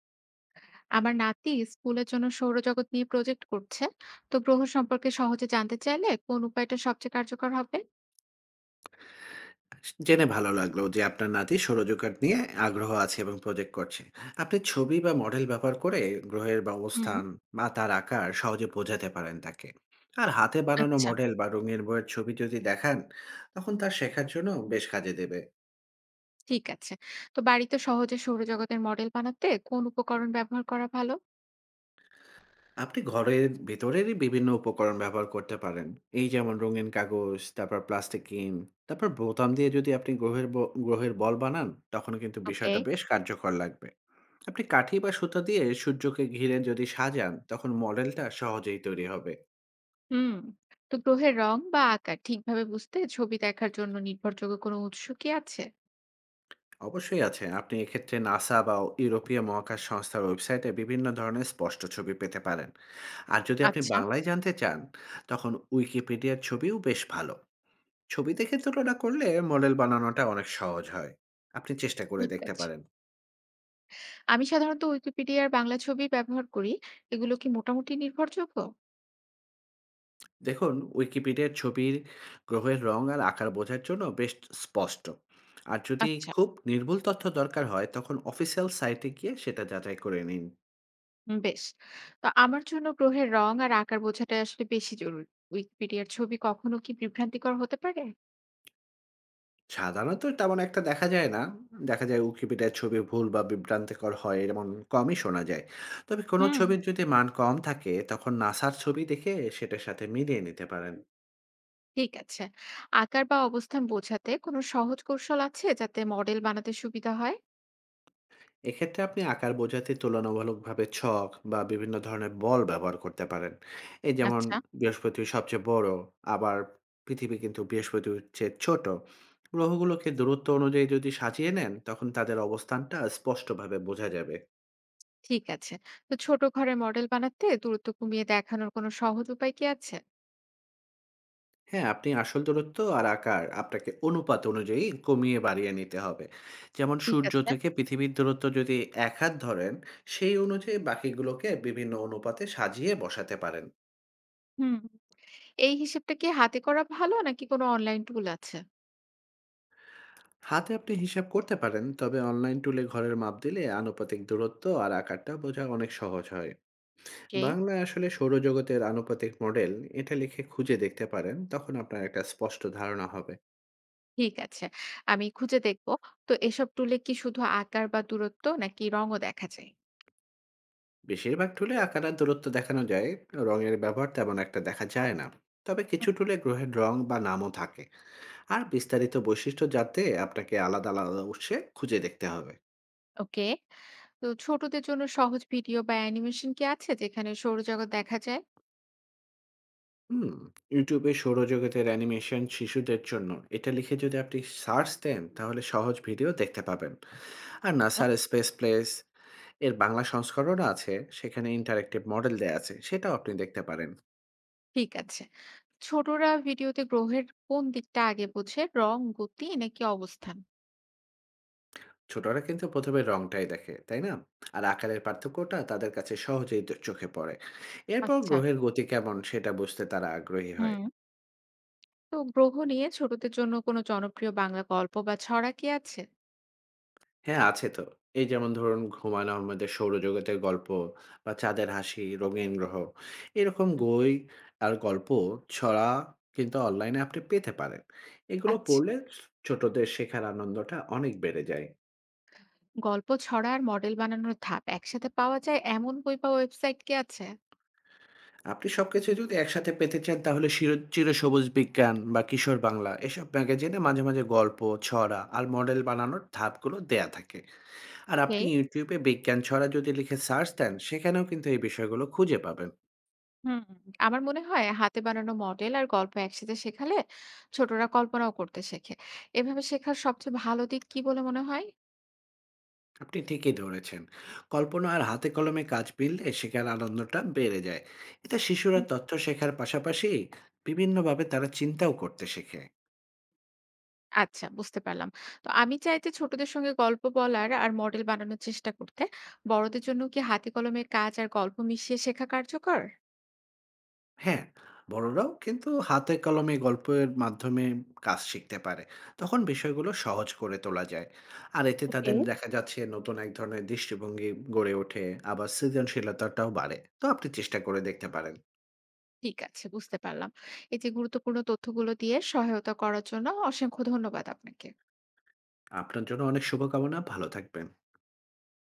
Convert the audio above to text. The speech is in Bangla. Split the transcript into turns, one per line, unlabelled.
আমার নাতি স্কুলের জন্য সৌরজগৎ নিয়ে প্রজেক্ট করছে। তো গ্রহ সম্পর্কে সহজে জানতে চাইলে কোন উপায়টা সবচেয়ে কার্যকর হবে?
জেনে ভালো লাগলো যে আপনার নাতি সৌরজগৎ নিয়ে আগ্রহ আছে এবং প্রজেক্ট করছে। আপনি ছবি বা মডেল ব্যবহার করে গ্রহের বা
হুম।
অবস্থান বা তার আকার সহজে বোঝাতে পারেন তাকে। আর হাতে বানানো
আচ্ছা।
মডেল বা রঙের বইয়ের ছবি যদি দেখান তখন তার শেখার জন্য বেশ কাজে দেবে।
ঠিক আছে। তো বাড়িতে সহজে সৌরজগতের মডেল বানাতে কোন উপকরণ ব্যবহার করা ভালো?
আপনি ঘরের ভিতরেরই বিভিন্ন উপকরণ ব্যবহার করতে পারেন, এই যেমন রঙিন কাগজ, তারপর প্লাস্টিক কিন, তারপর বোতাম দিয়ে যদি আপনি গ্রহের বল বানান তখন কিন্তু
ওকে।
বিষয়টা বেশ কার্যকর লাগবে। আপনি কাঠি বা সুতা দিয়ে সূর্যকে ঘিরে যদি সাজান তখন মডেলটা সহজেই তৈরি হবে।
হুম। তো গ্রহের রং বা আকার ঠিকভাবে বুঝতে ছবি দেখার জন্য নির্ভরযোগ্য কোনো উৎস কি আছে?
অবশ্যই আছে। আপনি এক্ষেত্রে নাসা বা ইউরোপীয় মহাকাশ সংস্থার ওয়েবসাইটে বিভিন্ন ধরনের স্পষ্ট ছবি পেতে পারেন। আর যদি আপনি
আচ্ছা।
বাংলায় জানতে চান তখন উইকিপিডিয়ার ছবিও বেশ ভালো। ছবি দেখে তুলনা করলে মডেল বানানোটা অনেক সহজ হয়, আপনি চেষ্টা করে
ঠিক
দেখতে
আছে।
পারেন।
আমি সাধারণত উইকিপিডিয়ার বাংলা ছবি ব্যবহার করি। এগুলো কি মোটামুটি নির্ভরযোগ্য?
দেখুন, উইকিপিডিয়ার ছবির গ্রহের রং আর আকার বোঝার জন্য বেশ স্পষ্ট। আর যদি
আচ্ছা।
খুব নির্ভুল তথ্য দরকার হয় তখন অফিসিয়াল সাইটে গিয়ে সেটা যাচাই করে নিন।
বেশ। তো আমার জন্য গ্রহের রং আর আকার বোঝাটাই আসলে বেশি জরুরি। উইকিপিডিয়ার ছবি কখনো কি বিভ্রান্তিকর হতে পারে?
সাধারণত তেমন একটা দেখা যায় না। দেখা যায় উইকিপিডিয়ার ছবি ভুল বা বিভ্রান্তিকর হয় এমন কমই শোনা যায়। তবে কোনো
হুম।
ছবির যদি মান কম থাকে তখন নাসার ছবি দেখে সেটার সাথে মিলিয়ে নিতে পারেন।
ঠিক আছে। আকার বা অবস্থান বোঝাতে কোনো সহজ কৌশল আছে যাতে মডেল বানাতে সুবিধা হয়?
এক্ষেত্রে আপনি আকার বোঝাতে তুলনামূলকভাবে ছক বা বিভিন্ন ধরনের বল ব্যবহার করতে পারেন। এই যেমন
আচ্ছা।
বৃহস্পতি সবচেয়ে বড়। আবার পৃথিবী কিন্তু বৃহস্পতির চেয়ে ছোট। গ্রহগুলোকে দূরত্ব অনুযায়ী যদি সাজিয়ে নেন তখন তাদের অবস্থানটা স্পষ্টভাবে বোঝা যাবে।
ঠিক আছে। তো ছোট ঘরে মডেল বানাতে দূরত্ব কমিয়ে দেখানোর কোনো সহজ উপায় কি আছে?
হ্যাঁ, আপনি আসল দূরত্ব আর আকার আপনাকে অনুপাত অনুযায়ী কমিয়ে বাড়িয়ে নিতে হবে। যেমন
ঠিক
সূর্য
আছে।
থেকে পৃথিবীর দূরত্ব যদি এক হাত ধরেন, সেই অনুযায়ী বাকিগুলোকে বিভিন্ন অনুপাতে সাজিয়ে বসাতে পারেন।
হুম। এই হিসেবটা কি হাতে করা ভালো নাকি কোনো অনলাইন টুল আছে?
হাতে আপনি হিসাব করতে পারেন, তবে অনলাইন টুলে ঘরের মাপ দিলে আনুপাতিক দূরত্ব আর আকারটা বোঝা অনেক সহজ হয়।
ওকে।
বাংলায় আসলে সৌরজগতের আনুপাতিক মডেল, এটা লিখে খুঁজে দেখতে পারেন তখন আপনার একটা স্পষ্ট ধারণা হবে।
ঠিক আছে। আমি খুঁজে দেখব। তো এসব টুলে কি শুধু আকার বা দূরত্ব নাকি রঙও দেখা যায়?
বেশিরভাগ টুলে আকার আর দূরত্ব দেখানো যায়, রঙের ব্যবহার তেমন একটা দেখা যায় না। তবে
হুম।
কিছু টুলে গ্রহের রং বা নামও থাকে। আর বিস্তারিত বৈশিষ্ট্য জানতে আপনাকে আলাদা আলাদা উৎসে খুঁজে দেখতে হবে।
ওকে। তো ছোটদের জন্য সহজ ভিডিও বা অ্যানিমেশন কি আছে যেখানে সৌরজগৎ দেখা যায়?
হুম, YouTube এ সৌরজগতের অ্যানিমেশন শিশুদের জন্য, এটা লিখে যদি আপনি সার্চ দেন তাহলে সহজ ভিডিও দেখতে পাবেন। আর
হুম।
নাসার স্পেস প্লেস এর বাংলা সংস্করণও আছে, সেখানে ইন্টারেক্টিভ মডেল দেয়া আছে সেটাও আপনি দেখতে পারেন।
ঠিক আছে। ছোটরা ভিডিওতে গ্রহের কোন দিকটা আগে বোঝে? রং, গতি নাকি অবস্থান?
ছোটরা কিন্তু প্রথমে রংটাই দেখে, তাই না? আর আকারের পার্থক্যটা তাদের কাছে সহজেই তো চোখে পড়ে। এরপর
আচ্ছা।
গ্রহের গতি কেমন সেটা বুঝতে তারা আগ্রহী হয়।
হুম। তো গ্রহ নিয়ে ছোটদের জন্য কোনো জনপ্রিয় বাংলা গল্প বা ছড়া কি আছে?
হ্যাঁ, আছে তো। এই যেমন ধরুন, হুমায়ূন আহমেদের 'সৌরজগতের গল্প' বা 'চাঁদের হাসি', 'রঙিন গ্রহ' এরকম
হুম।
বই। আর গল্প, ছড়া কিন্তু অনলাইনে আপনি পেতে পারেন। এগুলো
আচ্ছা।
পড়লে ছোটদের শেখার আনন্দটা অনেক বেড়ে যায়।
গল্প, ছড়া আর মডেল বানানোর ধাপ একসাথে পাওয়া যায় এমন বই বা ওয়েবসাইট কি আছে?
আপনি সবকিছু যদি একসাথে পেতে চান তাহলে শির চিরসবুজ বিজ্ঞান বা কিশোর বাংলা এসব ম্যাগাজিনে মাঝে মাঝে গল্প, ছড়া আর মডেল বানানোর ধাপগুলো দেয়া থাকে। আর
ওকে।
আপনি YouTube এ বিজ্ঞান ছড়া যদি লিখে সার্চ দেন সেখানেও কিন্তু এই বিষয়গুলো খুঁজে পাবেন।
হুম, আমার মনে হয় হাতে বানানো মডেল আর গল্প একসাথে শেখালে ছোটরা কল্পনাও করতে শেখে। এভাবে শেখার সবচেয়ে ভালো দিক কি বলে মনে হয়?
আপনি ঠিকই ধরেছেন। কল্পনা আর হাতে কলমে কাজ মিললে শেখার আনন্দটা বেড়ে যায়। এতে শিশুরা
উম,
তথ্য শেখার পাশাপাশি বিভিন্নভাবে তারা চিন্তাও করতে শেখে।
আচ্ছা, বুঝতে পারলাম। তো আমি চাইতে ছোটদের সঙ্গে গল্প বলার আর মডেল বানানোর চেষ্টা করতে। বড়দের জন্য কি হাতে কলমে কাজ আর গল্প মিশিয়ে শেখা কার্যকর?
হ্যাঁ, বড়রাও কিন্তু হাতে কলমে গল্পের মাধ্যমে কাজ শিখতে পারে, তখন বিষয়গুলো সহজ করে তোলা যায়। আর এতে
ওকে।
তাদের দেখা যাচ্ছে নতুন এক ধরনের দৃষ্টিভঙ্গি গড়ে ওঠে। আবার সৃজনশীলতাটাও বাড়ে, তো আপনি চেষ্টা করে দেখতে পারেন।
ঠিক আছে, বুঝতে পারলাম। এই যে গুরুত্বপূর্ণ তথ্যগুলো দিয়ে সহায়তা করার জন্য অসংখ্য ধন্যবাদ আপনাকে।
আপনার জন্য অনেক শুভকামনা, ভালো থাকবেন।